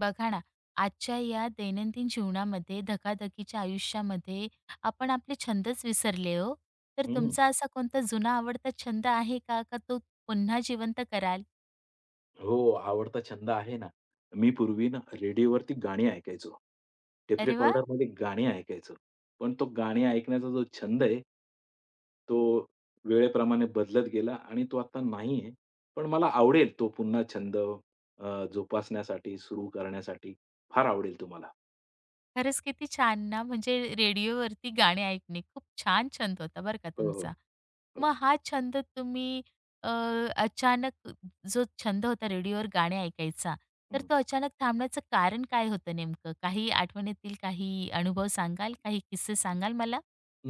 बघा ना, आजच्या या दैनंदिन जीवनामध्ये, धकाधकीच्या आयुष्यामध्ये आपण आपले छंदच विसरले हो. तर हं. तुमचा असा कोणता जुना आवडता छंद आहे का? का तो पुन्हा जिवंत कराल? हो, आवडता छंद आहे ना. मी पूर्वी ना रेडिओवरती गाणी ऐकायचो. टेप अरे वाह! रेकॉर्डरमध्ये गाणी ऐकायचो. पण तो गाणी ऐकण्याचा जो छंद आहे, तो वेळेप्रमाणे बदलत गेला आणि तो आता नाही आहे. पण मला आवडेल तो पुन्हा छंद जोपासण्यासाठी, सुरू करण्यासाठी फार आवडेल तुम्हाला. खरंच किती छान ना, म्हणजे रेडिओवरती गाणे ऐकणे खूप छान छंद होता बरं का हो, हो. तुमचा. हो. मग हा छंद तुम्ही अ, अचानक जो छंद होता रेडिओवर गाणे ऐकायचा, तर हं. तो अचानक थांबण्याचं कारण काय होतं नेमकं? काही आठवण येतील, काही अनुभव सांगाल, काही किस्से सांगाल मला?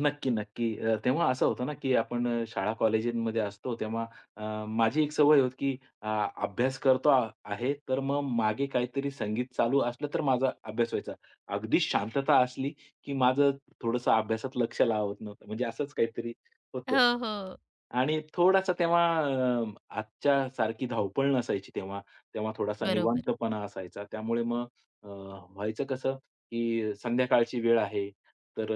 नक्की, नक्की. तेव्हा असं होतं ना, की आपण शाळा कॉलेजमध्ये असतो तेव्हा माझी एक सवय होती, की अभ्यास करतो आहे, तर मग मागे काहीतरी संगीत चालू असलं तर माझा अभ्यास व्हायचा. अगदी शांतता असली, की माझं थोडंसं अभ्यासात लक्ष लावत नव्हतं. म्हणजे असंच काहीतरी होतं. हो, हो. आणि थोडासा तेव्हा आजच्या सारखी धावपळ नसायची तेव्हा. तेव्हा थोडासा बरोबर. निवांतपणा असायचा. त्यामुळे मग व्हायचं कसं, की संध्याकाळची वेळ आहे, तर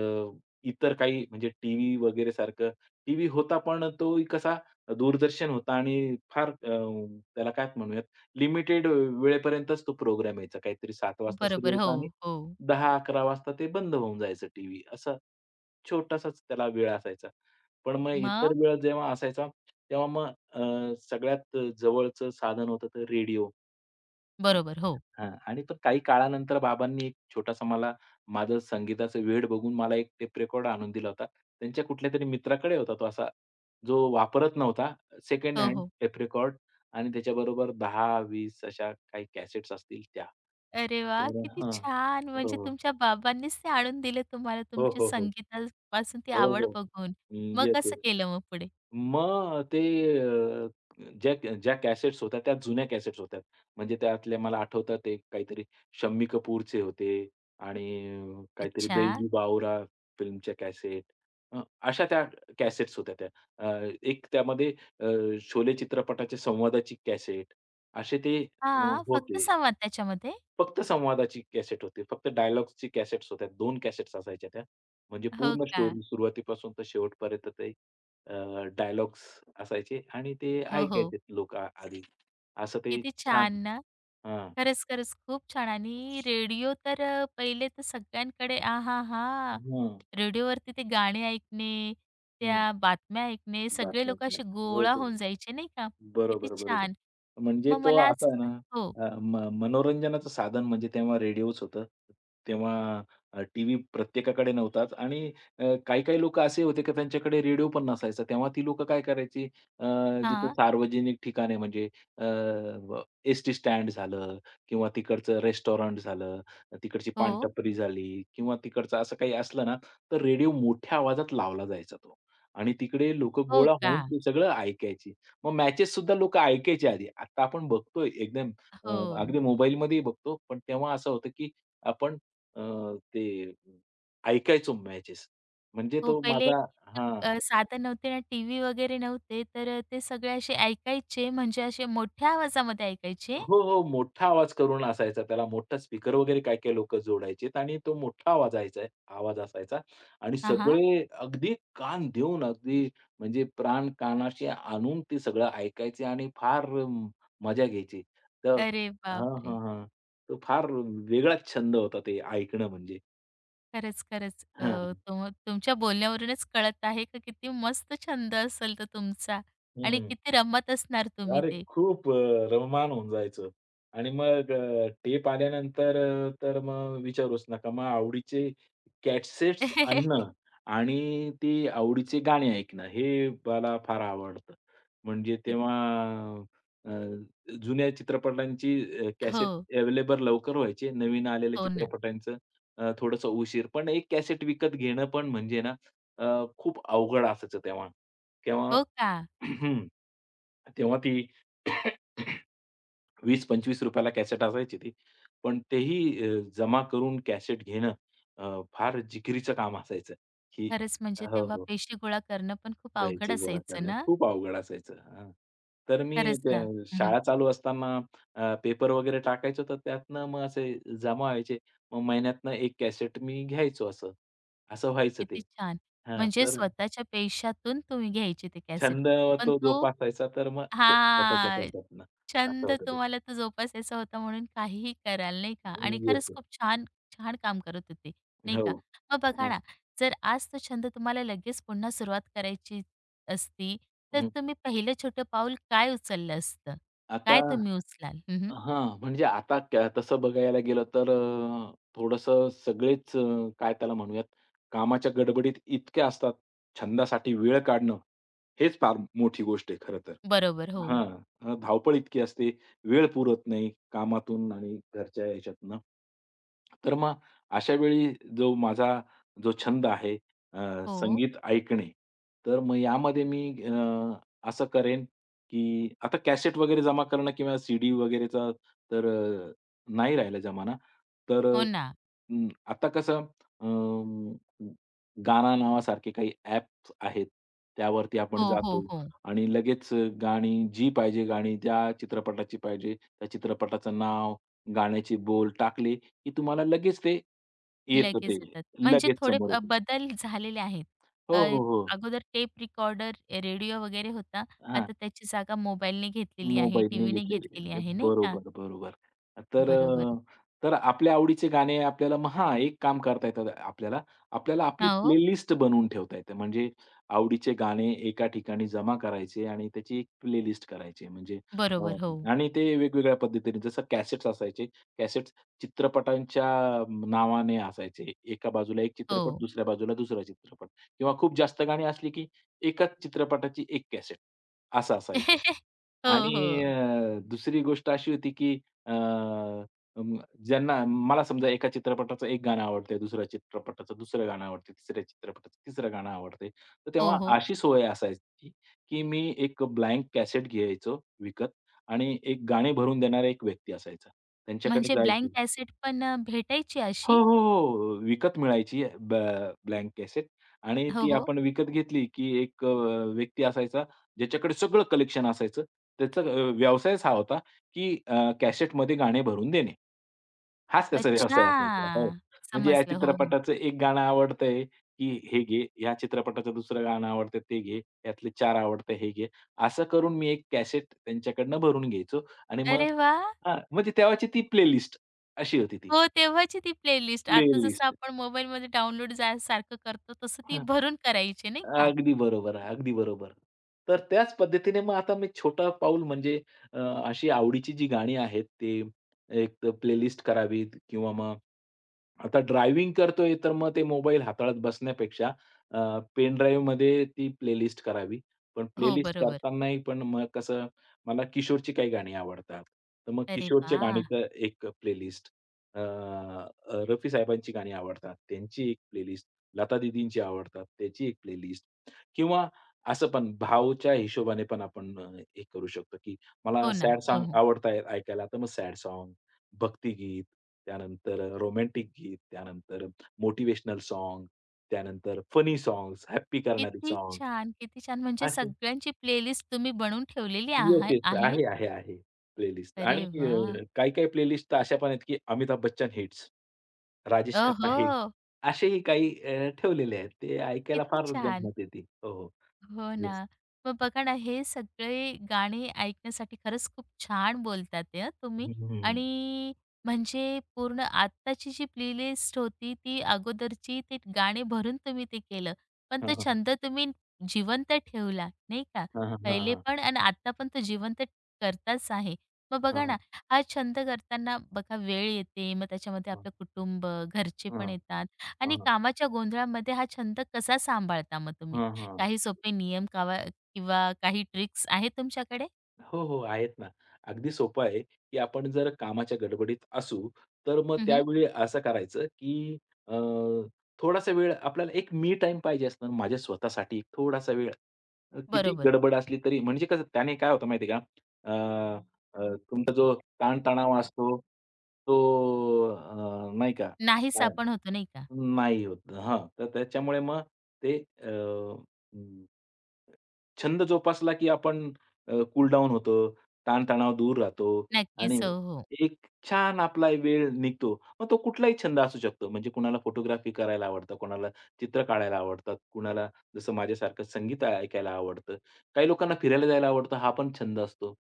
इतर काही म्हणजे टीव्ही वगैरे सारखं टीव्ही होता पण तो कसा दूरदर्शन होता आणि फार त्याला काय म्हणूयात लिमिटेड वेळेपर्यंतच तो प्रोग्राम यायचा. काहीतरी 7:00 वाजता सुरू बरोबर. हो, व्हायचा आणि हो. 1100 वाजता ते बंद होऊन जायचं टीव्ही. असा छोटासाच त्याला वेळ असायचा. पण मग इतर मग? वेळ जेव्हा असायचा तेव्हा मग सगळ्यात जवळचं साधन होतं तर रेडिओ. बरोबर. हो. हां आणि पण काही काळानंतर बाबांनी एक छोटासा मला माझं संगीताचं वेड बघून मला एक टेप रेकॉर्ड आणून दिला होता. त्यांच्या कुठल्यातरी मित्राकडे होता तो असा, जो वापरत नव्हता. सेकंड हो, हँड हो. टेप रेकॉर्ड आणि त्याच्याबरोबर 10 20 अशा काही कॅसेट्स असतील त्या. अरे वा, तर किती हां. छान. म्हणजे हो. तुमच्या बाबांनीच ते आणून दिले तुम्हाला हो, तुमच्या हो, हो. संगीतापासून ती हो, आवड हो. बघून. मग येस, येस. कसं केलं मग पुढे? मग ते अ, ज्या ज्या कॅसेट्स होत्या त्या जुन्या कॅसेट्स होत्या. म्हणजे त्यातल्या मला आठवतात ते काहीतरी शम्मी कपूरचे होते आणि काहीतरी अच्छा. बेजू बावरा फिल्मच्या कॅसेट अ, अशा त्या कॅसेट्स होत्या त्या. एक त्यामध्ये अ, शोले चित्रपटाच्या संवादाची कॅसेट असे ते हां, फक्त होते. संवाद त्याच्यामध्ये? फक्त संवादाची कॅसेट होती. फक्त डायलॉग्सची कॅसेट्स होत्या. 2 कॅसेट्स असायच्या त्या. म्हणजे हो पूर्ण का? स्टोरी सुरुवातीपासून तर शेवटपर्यंत ते अ, डायलॉग्स असायचे आणि ते हो, हो. ऐकायचे लोक आधी. असं ते किती छान छान ना. हां. खरंच, खरंच खूप छान आणि रेडिओ तर पहिले तर सगळ्यांकडे आहाहा! हं, रेडिओवरती ते गाणे ऐकणे, त्या हं. बातम्या ऐकणे, सगळे बातम्याच लोक असे नाही. हो, गोळा हो. होऊन जायचे नाही का? किती बरोबर, बरोबर. छान. म्हणजे मग तो मला असा असं आहे ना, सांग हो. अ, म मनोरंजनाचं साधन म्हणजे तेव्हा रेडिओच होतं. तेव्हा टीव्ही प्रत्येकाकडे नव्हताच आणि काही-काही लोकं असे होते की त्यांच्याकडे रेडिओ पण नसायचा. तेव्हा ती लोकं काय करायची अ, जिथं हां. सार्वजनिक ठिकाणे म्हणजे अ, व एस-टी स्टँड झालं किंवा तिकडचं रेस्टॉरंट झालं, तिकडची हो. पानटपरी झाली किंवा तिकडचं असं काही असलं ना, तर रेडिओ मोठ्या आवाजात लावला जायचा तो आणि तिकडे लोकं हो गोळा का? होऊन ते सगळं ऐकायची. मग मॅचेस सुद्धा लोकं ऐकायचे आधी. आता आपण बघतोय एकदम अ, अगदी हो. मोबाईलमध्येही बघतो, पण तेव्हा असं होतं की आपण अ, ते ऐकायचो मॅचेस. म्हणजे हो, तो पहिले माझा हां. साधन नव्हते ना टीव्ही वगैरे नव्हते, तर ते सगळे असे ऐकायचे म्हणजे असे मोठ्या आवाजामध्ये ऐकायचे. हो, हो. मोठा आवाज करून असायचा त्याला. मोठा स्पीकर वगैरे काही-काही लोकं जोडायचेत आणि तो मोठा आवाज यायचा आवाज असायचा आणि हां, हां. सगळे अगदी कान देऊन, अगदी म्हणजे प्राण कानाशी आणून ते सगळं ऐकायचे आणि फार मजा घ्यायची. तर अरे हां, हां, बापरे! हां. तो फार वेगळाच छंद होता ते ऐकणं म्हणजे. खरंच, खरंच. हां. तुमच्या बोलण्यावरूनच कळत आहे का किती मस्त छंद असेल तो तुमचा आणि हं, किती रमत असणार तुम्ही अरे, ते. खूप रममाण होऊन जायचं. आणि मग टेप आल्यानंतर तर मग विचारूच नका. मग आवडीचे कॅसेट्स आणणं आणि ती आवडीचे गाणे ऐकणं, हे मला फार आवडतं. म्हणजे तेव्हा अ, जुन्या चित्रपटांची कॅसेट हो, अवेलेबल लवकर व्हायची. नवीन आलेल्या हो ना. चित्रपटांचं थोडंसं उशीर. पण एक कॅसेट विकत घेणं पण म्हणजे ना अ, खूप अवघड असायचं तेव्हा. तेव्हा हो का? हं. तेव्हा ती ₹20-25 ला कॅसेट असायची ती. पण तेही जमा करून कॅसेट घेणं फार जिकिरीचं काम असायचं, की खरंच म्हणजे हो, तेव्हा हो. पैसे गोळा करणं पण खूप अवघड पैसे गोळा असायचं करणं ना? खूप अवघड असायचं. हां. तर मी खरंच ना. त्या हं, हं. शाळा चालू असताना पेपर वगैरे टाकायचो, तर त्यातनं मग असे जमा व्हायचे. मग महिन्यातनं एक कॅसेट मी घ्यायचो असं. असं व्हायचं ते. किती छान! हां, म्हणजे तर स्वतःच्या पैशातून तुम्ही घ्यायची ती कॅसेट. छंद पण तो तो जोपासायचा तर मग स्वतःच्या हां, पैशातनं असं छंद होतं ते. तुम्हाला तो जोपासायचा होता म्हणून काहीही कराल, नाही का? आणि येस, खरंच येस. खूप छान, छान काम करत होते, नाही हो. का? मग बघा हं, ना, जर आज तो छंद तुम्हाला लगेच पुन्हा सुरुवात करायची असती, तर हं. तुम्ही पहिलं छोटं पाऊल काय उचललं असतं? आता काय तुम्ही उचलाल? हं, हां, म्हणजे आता त्या तसं बघायला गेलं तर थोडंसं सगळेच काय त्याला म्हणूयात, कामाच्या गडबडीत इतके असतात, छंदासाठी वेळ काढणं, हेच फार मोठी गोष्ट आहे खरं तर. बरोबर. हो. हां, धावपळ इतकी असते, वेळ पुरत नाही कामातून आणि घरच्या ह्याच्यातनं. तर मग अशा वेळी जो माझा जो छंद आहे हो. संगीत ऐकणे, तर मग यामध्ये मी असं करेन की आता कॅसेट वगैरे जमा करणं किंवा सीडी वगैरेचा तर अ, नाही राहिला जमाना. तर हो अ, ना. आता कसं अं, गाना नावासारखे काही ॲप्स आहेत. त्यावरती आपण हो, हो, जातो हो. आणि लगेच गाणी जी पाहिजे गाणी, ज्या चित्रपटाची पाहिजे, त्या चित्रपटाचं नाव, गाण्याचे बोल टाकले, की तुम्हाला लगेच ते येतं लगेच ते. येतात. म्हणजे लगेच थोडे समोर येतं. बदल झालेले आहेत. हो, अ, हो, हो. अगोदर टेप रेकॉर्डर, रेडिओ वगैरे होता. आता त्याची जागा मोबाईलने घेतलेली आहे, मोबाईलने टीव्हीने घेतलेली घेतलेली आहे. आहे, नाही का? बरोबर, बरोबर. तर बरोबर. अ, तर आपल्या आवडीचे गाणे आपल्याला मग हां, एक काम करता येतं आपल्याला. आपल्याला आपली हो, प्लेलिस्ट बनवून ठेवता येते. म्हणजे आवडीचे गाणे एका ठिकाणी जमा करायचे आणि त्याची एक प्लेलिस्ट करायची. म्हणजे अ, बरोबर. हो, आणि ते वेगवेगळ्या पद्धतीने जसं कॅसेट्स असायचे. कॅसेट्स चित्रपटांच्या नावाने असायचे. एका बाजूला एक चित्रपट, हो. दुसऱ्या बाजूला दुसरा चित्रपट किंवा खूप जास्त गाणी असली की एकाच चित्रपटाची एक कॅसेट असं असायचं. हो, आणि हो. दुसरी गोष्ट अशी होती, की अ, अं, ज्यांना मला समजा एका चित्रपटाचं एक गाणं आवडतंय, दुसऱ्या चित्रपटाचं दुसरं गाणं आवडतंय, तिसऱ्या चित्रपटाचं तिसरं गाणं आवडतंय. तर हो, तेव्हा हो. अशी सोय असायची, की मी एक ब्लँक कॅसेट घ्यायचो विकत आणि एक गाणे भरून देणारा एक व्यक्ती असायचा. त्यांच्याकडे म्हणजे ब्लँक जायचो. कॅसेट पण भेटायची हो, अशी? हो, हो. विकत मिळायची ब्लँक कॅसेट आणि हो, ती हो. आपण विकत घेतली, की एक व्यक्ती असायचा ज्याच्याकडे सगळं कलेक्शन असायचं. त्याचा व्यवसायच हा होता, की कॅसेटमध्ये गाणे भरून देणे. हाच त्याचा अच्छा! व्यवसाय असायचा. हो. म्हणजे या समजलं. हो, हो. चित्रपटाचं एक गाणं आवडतंय, की हे घे. या चित्रपटाचं दुसरं गाणं आवडतं ते घे. यातले 4 आवडतं हे घे. असं करून मी एक कॅसेट त्यांच्याकडनं भरून घ्यायचो आणि मग अरे वाह! हां, म्हणजे तेव्हाची ती प्लेलिस्ट अशी होती ती. हो, तेव्हाची ती प्लेलिस्ट. आता जसं प्लेलिस्ट. आपण मोबाईलमध्ये डाउनलोड सारखं करतो, तसं ती हां. भरून करायची, नाही का? अगदी बरोबर, आहे, अगदी बरोबर. तर त्याच पद्धतीने मग आता मी छोटा पाऊल म्हणजे अ, अशी आवडीची जी गाणी आहेत ते एक तर प्लेलिस्ट करावीत किंवा मग आता ड्रायव्हिंग करतोय तर मग ते मोबाईल हाताळत बसण्यापेक्षा पेन ड्राईव्हमध्ये ती प्लेलिस्ट करावी. पण हो, प्लेलिस्ट बरोबर. करतानाही पण मग कसं मला किशोरची काही गाणी आवडतात. तर मग अरे किशोरच्या वाह! गाणीचं एक प्लेलिस्ट, रफी साहेबांची गाणी आवडतात त्यांची एक प्लेलिस्ट. लता दीदींची आवडतात, त्याची एक प्लेलिस्ट किंवा असं पण भावच्या हिशोबाने पण आपण हे करू शकतो, की मला हो ना. सॅड हो, सॉन्ग हो. आवडतायत ऐकायला, तर मग सॅड सॉन्ग, भक्तिगीत, त्यानंतर रोमॅन्टिक गीत, त्यानंतर मोटिवेशनल सॉन्ग, त्यानंतर फनी सॉन्ग्स, हॅप्पी करणारी किती सॉन्ग्स छान, किती छान. म्हणजे सगळ्यांची प्लेलिस्ट तुम्ही बनवून ठेवलेली येस, आहा येस. आहे. आहे, आहे, आहे. प्लेलिस्ट अरे आणि वाह! काही-काही प्लेलिस्ट तर अशा पण आहेत, की अमिताभ बच्चन हिट्स, राजेश खन्ना ओहो! हिट्स असेही काही ठेवलेले आहेत. ते ऐकायला किती फार छान. गंमत येते. हो, हो. हो ना. येस. मग बघा ना, हे सगळे गाणे ऐकण्यासाठी खरंच खूप छान बोलतात ते हं तुम्ही हं, हं. आणि म्हणजे पूर्ण आत्ताची जी प्लेलिस्ट होती, ती अगोदरची ते गाणे भरून तुम्ही ते केलं. पण हां, तो हां. छंद तुम्ही जिवंत ठेवला, नाही का? हां, हां, हां, पहिले हां. पण आणि आता पण तो जिवंत करताच आहे. मग हां, बघा ना, हां. हा छंद करताना बघा वेळ येते, मग त्याच्यामध्ये आपलं कुटुंब, घरचे हां, पण येतात आणि हां. हां, कामाच्या गोंधळामध्ये हा छंद कसा सांभाळता मग तुम्ही? काही सोपे नियम कावा किंवा काही ट्रिक्स आहेत तुमच्याकडे? हो, हो. आहेत ना. अगदी सोपं आहे, की आपण जर कामाच्या गडबडीत असू, तर मग हं, हं. त्यावेळी असं करायचं, की अ, थोडासा वेळ आपल्याला एक मी टाईम पाहिजे असणार माझ्या स्वतःसाठी थोडासा वेळ. किती बरोबर. गडबड असली तरी म्हणजे कसं त्याने काय होतं माहिती आहे का? अ, अ, तुमचा जो ताणतणाव असतो, तो नाही का नाही सापण होतो नाही का? नाही होत. हां. तर त्याच्यामुळे मग ते अ, अं, छंद जोपासला की आपण कूल डाऊन होतो, ताणतणाव दूर राहतो आणि नक्कीच. हो, हो. एक छान आपला वेळ निघतो. मग तो कुठलाही छंद असू शकतो. म्हणजे कुणाला फोटोग्राफी करायला आवडतं, कुणाला चित्र काढायला आवडतात, कुणाला जसं माझ्यासारखं संगीत ऐकायला आवडतं. काही लोकांना फिरायला जायला आवडतं, हा पण छंद असतो.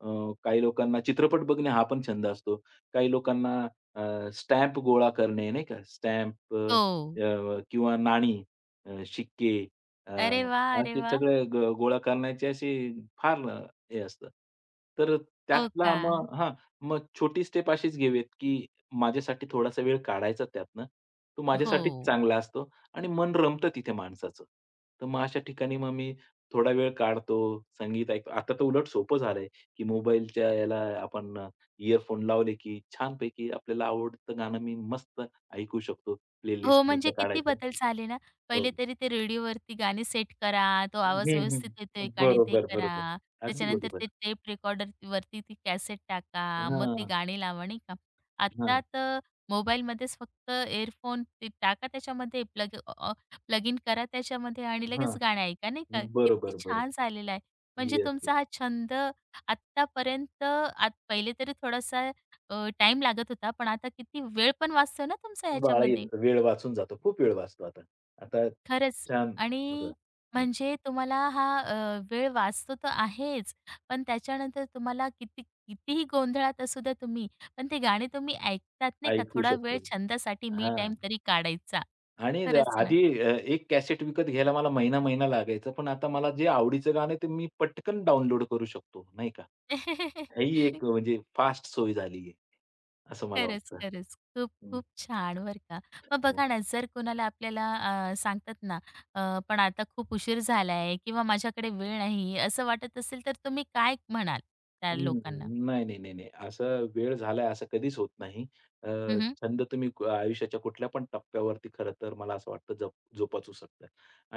अ, काही लोकांना चित्रपट बघणे हा पण छंद असतो. काही लोकांना स्टॅम्प गोळा करणे नाही का, स्टॅम्प हो. किंवा नाणी, शिक्के अ, अरे वाह! अरे असे वाह! सगळे गोळा करण्याचे असे फार हे असतं. तर हो त्यातला का? मग हां, मग छोटी स्टेप अशीच घेऊयात, की माझ्यासाठी थोडासा वेळ काढायचा त्यातनं. तो माझ्यासाठीच हो. चांगला असतो आणि मन रमतं तिथे माणसाचं. तर मग अशा ठिकाणी मग मी थोडा वेळ काढतो, संगीत ऐकतो. आता तर उलट सोपं झालंय, की मोबाईलच्या याला आपण इयरफोन लावले की छानपैकी आपल्याला आवडतं गाणं मी मस्त ऐकू शकतो. हो, प्लेलिस्टमधनं म्हणजे किती काढायचं. बदल झाले ना. हो. पहिले तरी ते रेडिओवरती गाणी सेट करा, तो आवाज हं, हं. व्यवस्थित येतोय का नाही ते बरोबर, करा. बरोबर. अगदी त्याच्यानंतर बरोबर. ते टेप रेकॉर्डरवरती ती कॅसेट टाका, मग ते हां, गाणी लावा, नाही का. आत्ता हां, तर मोबाईलमध्येच फक्त एअरफोन ते टाका त्याच्यामध्ये, प्लग इन करा त्याच्यामध्ये आणि लगेच हां. गाणं ऐका, नाही का. बरोबर, किती बरोबर. छान झालेला आहे. म्हणजे येस, तुमचा येस. हा छंद आत्तापर्यंत आत पहिले तरी थोडासा अ, लागत होता, पण आता किती वेळ पण वाचतो ना तुमचा बाळा ह्याच्यामध्ये. येतं. वेळ वाचून जातो. खूप वेळ वाचतो आता. आता खरंच छान होतं. आणि हं. म्हणजे तुम्हाला हा वेळ वाचतो तर आहेच, पण त्याच्यानंतर तुम्हाला किती कितीही गोंधळात असू द्या तुम्ही, पण ते गाणे तुम्ही ऐकतात नाही का, ऐकू थोडा शकतो. वेळ छंदासाठी मी हां. टाइम तरी काढायचा. आणि खरंच ना. आधी एक कॅसेट विकत घ्यायला मला महिना-महिना लागायचा. पण आता मला जे आवडीचं गाणं आहे ते मी पटकन डाउनलोड करू शकतो, नाही का? ही एक म्हणजे फास्ट सोय झाली आहे, असं मला खरंच, वाटतं. खरंच. खूप, हं, खूप छान बरं का. मग हं. बघा ना, जर कोणाला आपल्याला सांगतात ना, पण आता खूप उशीर झाला किंवा माझ्याकडे वेळ नाही, असं वाटत असेल तर तुम्ही काय म्हणाल त्या हं. लोकांना? नाही, नाही, नाही, नाही. असं वेळ झालाय असं कधीच होत नाही. अ, हं, छंद तुम्ही आयुष्याच्या कुठल्या पण टप्प्यावरती खरं तर मला असं वाटतं जोपासू शकता.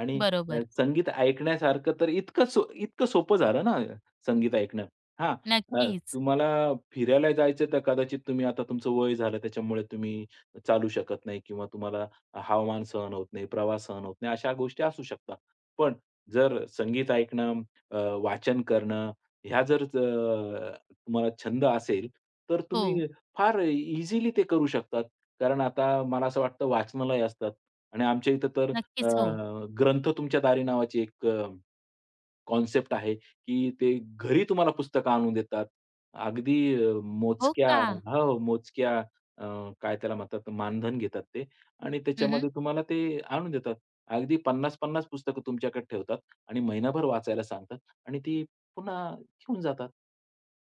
आणि बरोबर. संगीत ऐकण्यासारखं तर इतकं सोपं झालं ना संगीत ऐकणं. हां, नक्कीच. तुम्हाला फिरायला जायचं तर कदाचित तुम्ही आता तुमचं वय झालं त्याच्यामुळे तुम्ही चालू शकत नाही किंवा तुम्हाला हवामान सहन होत नाही, प्रवास सहन होत नाही, अशा गोष्टी असू शकतात. पण जर संगीत ऐकणं, अ, वाचन करणं ह्या जर तुम्हाला छंद असेल, तर हो. तुम्ही फार इझिली ते करू शकतात. कारण आता मला असं वाटतं वाचनालय असतात आणि आमच्या इथं तर नक्कीच. हो. ग्रंथ तुमच्या दारी नावाची एक कॉन्सेप्ट आहे, की ते घरी तुम्हाला पुस्तकं आणून देतात. अगदी हो मोजक्या का? हो, हो, मोजक्या अ, काय त्याला म्हणतात मानधन घेतात ते आणि हं, त्याच्यामध्ये तुम्हाला ते आणून देतात. अगदी 50-50 पुस्तकं तुमच्याकडे ठेवतात आणि महिनाभर वाचायला सांगतात आणि ती पुन्हा घेऊन जातात.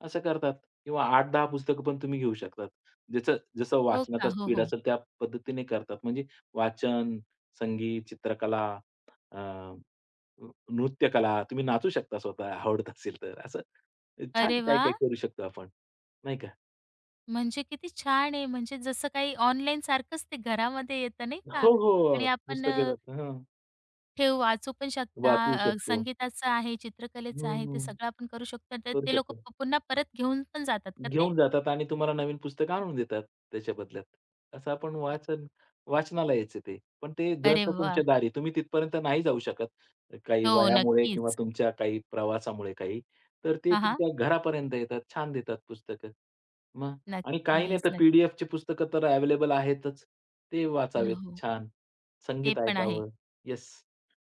असं करतात किंवा 8-10 पुस्तकं पण तुम्ही घेऊ शकतात. ज्याचं जसं हो का? वाचनाचा हो, स्पीड हो. असेल त्या पद्धतीने करतात. म्हणजे वाचन, संगीत, चित्रकला अ, नृत्यकला, तुम्ही नाचू शकता स्वतः आवडत असेल तर. असं छान अरे वा, काय-काय करू शकतो आपण, नाही का? म्हणजे किती छान आहे. म्हणजे जसं काही ऑनलाईनसारखंच ते घरामध्ये येतं नाही का? हो, हो. आणि आपण पुस्तके अ, राहतात. हां, ठेव वाचू पण शकता. वाचू अ, शकतो. संगीताचं आहे, चित्रकलेचं आहे, ते हं, सगळं आपण करू शकतो. तर करू ते लोकं शकतो. प पुन्हा परत घेऊन पण जातात का ते? घेऊन जातात आणि तुम्हाला नवीन पुस्तकं आणून देतात त्याच्या बदल्यात. असं आपण वाचनालयाचं ते. पण ते अरे ग्रंथ वाह! तुमच्या दारी. तुम्ही तिथपर्यंत नाही जाऊ शकत काही हो, वयामुळे किंवा नक्कीच. तुमच्या काही प्रवासामुळे काही. तर ते हां, हां. तुमच्या घरापर्यंत येतात. छान देतात पुस्तकं. मग आणि काही नाही नक्कीच. तर नक्की. पी-डी-एफची पुस्तकं तर अवेलेबल आहेतच. ते वाचावेत हो. छान. ते संगीत पण आहे. ऐकावं. येस,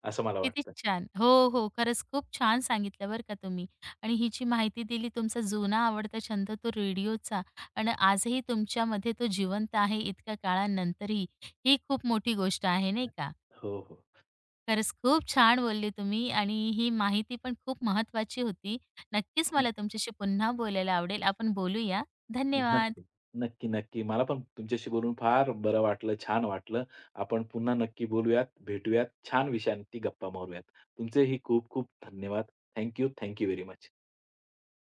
असं मला किती वाटतं. छान. हो, हो. खरंच खूप छान सांगितलं बरं का तुम्ही आणि हिची माहिती दिली. तुमचा जुना आवडता छंद तो रेडिओचा आणि आजही तुमच्यामध्ये तो जिवंत आहे इतक्या काळानंतरही. ही खूप मोठी गोष्ट आहे नाही का? हो, खरंच खूप छान बोलले तुम्ही आणि ही माहिती पण खूप महत्त्वाची होती. नक्कीच हो. मला तुमच्याशी पुन्हा बोलायला आवडेल. आपण बोलूया. धन्यवाद. नक्की. नक्की, नक्की. मला पण तुमच्याशी बोलून फार बरं वाटलं, छान वाटलं. आपण पुन्हा नक्की बोलूयात, भेटूयात, छान विषयांवरती गप्पा मारूयात. तुमचेही खूप खूप धन्यवाद. Thank you, thank very much.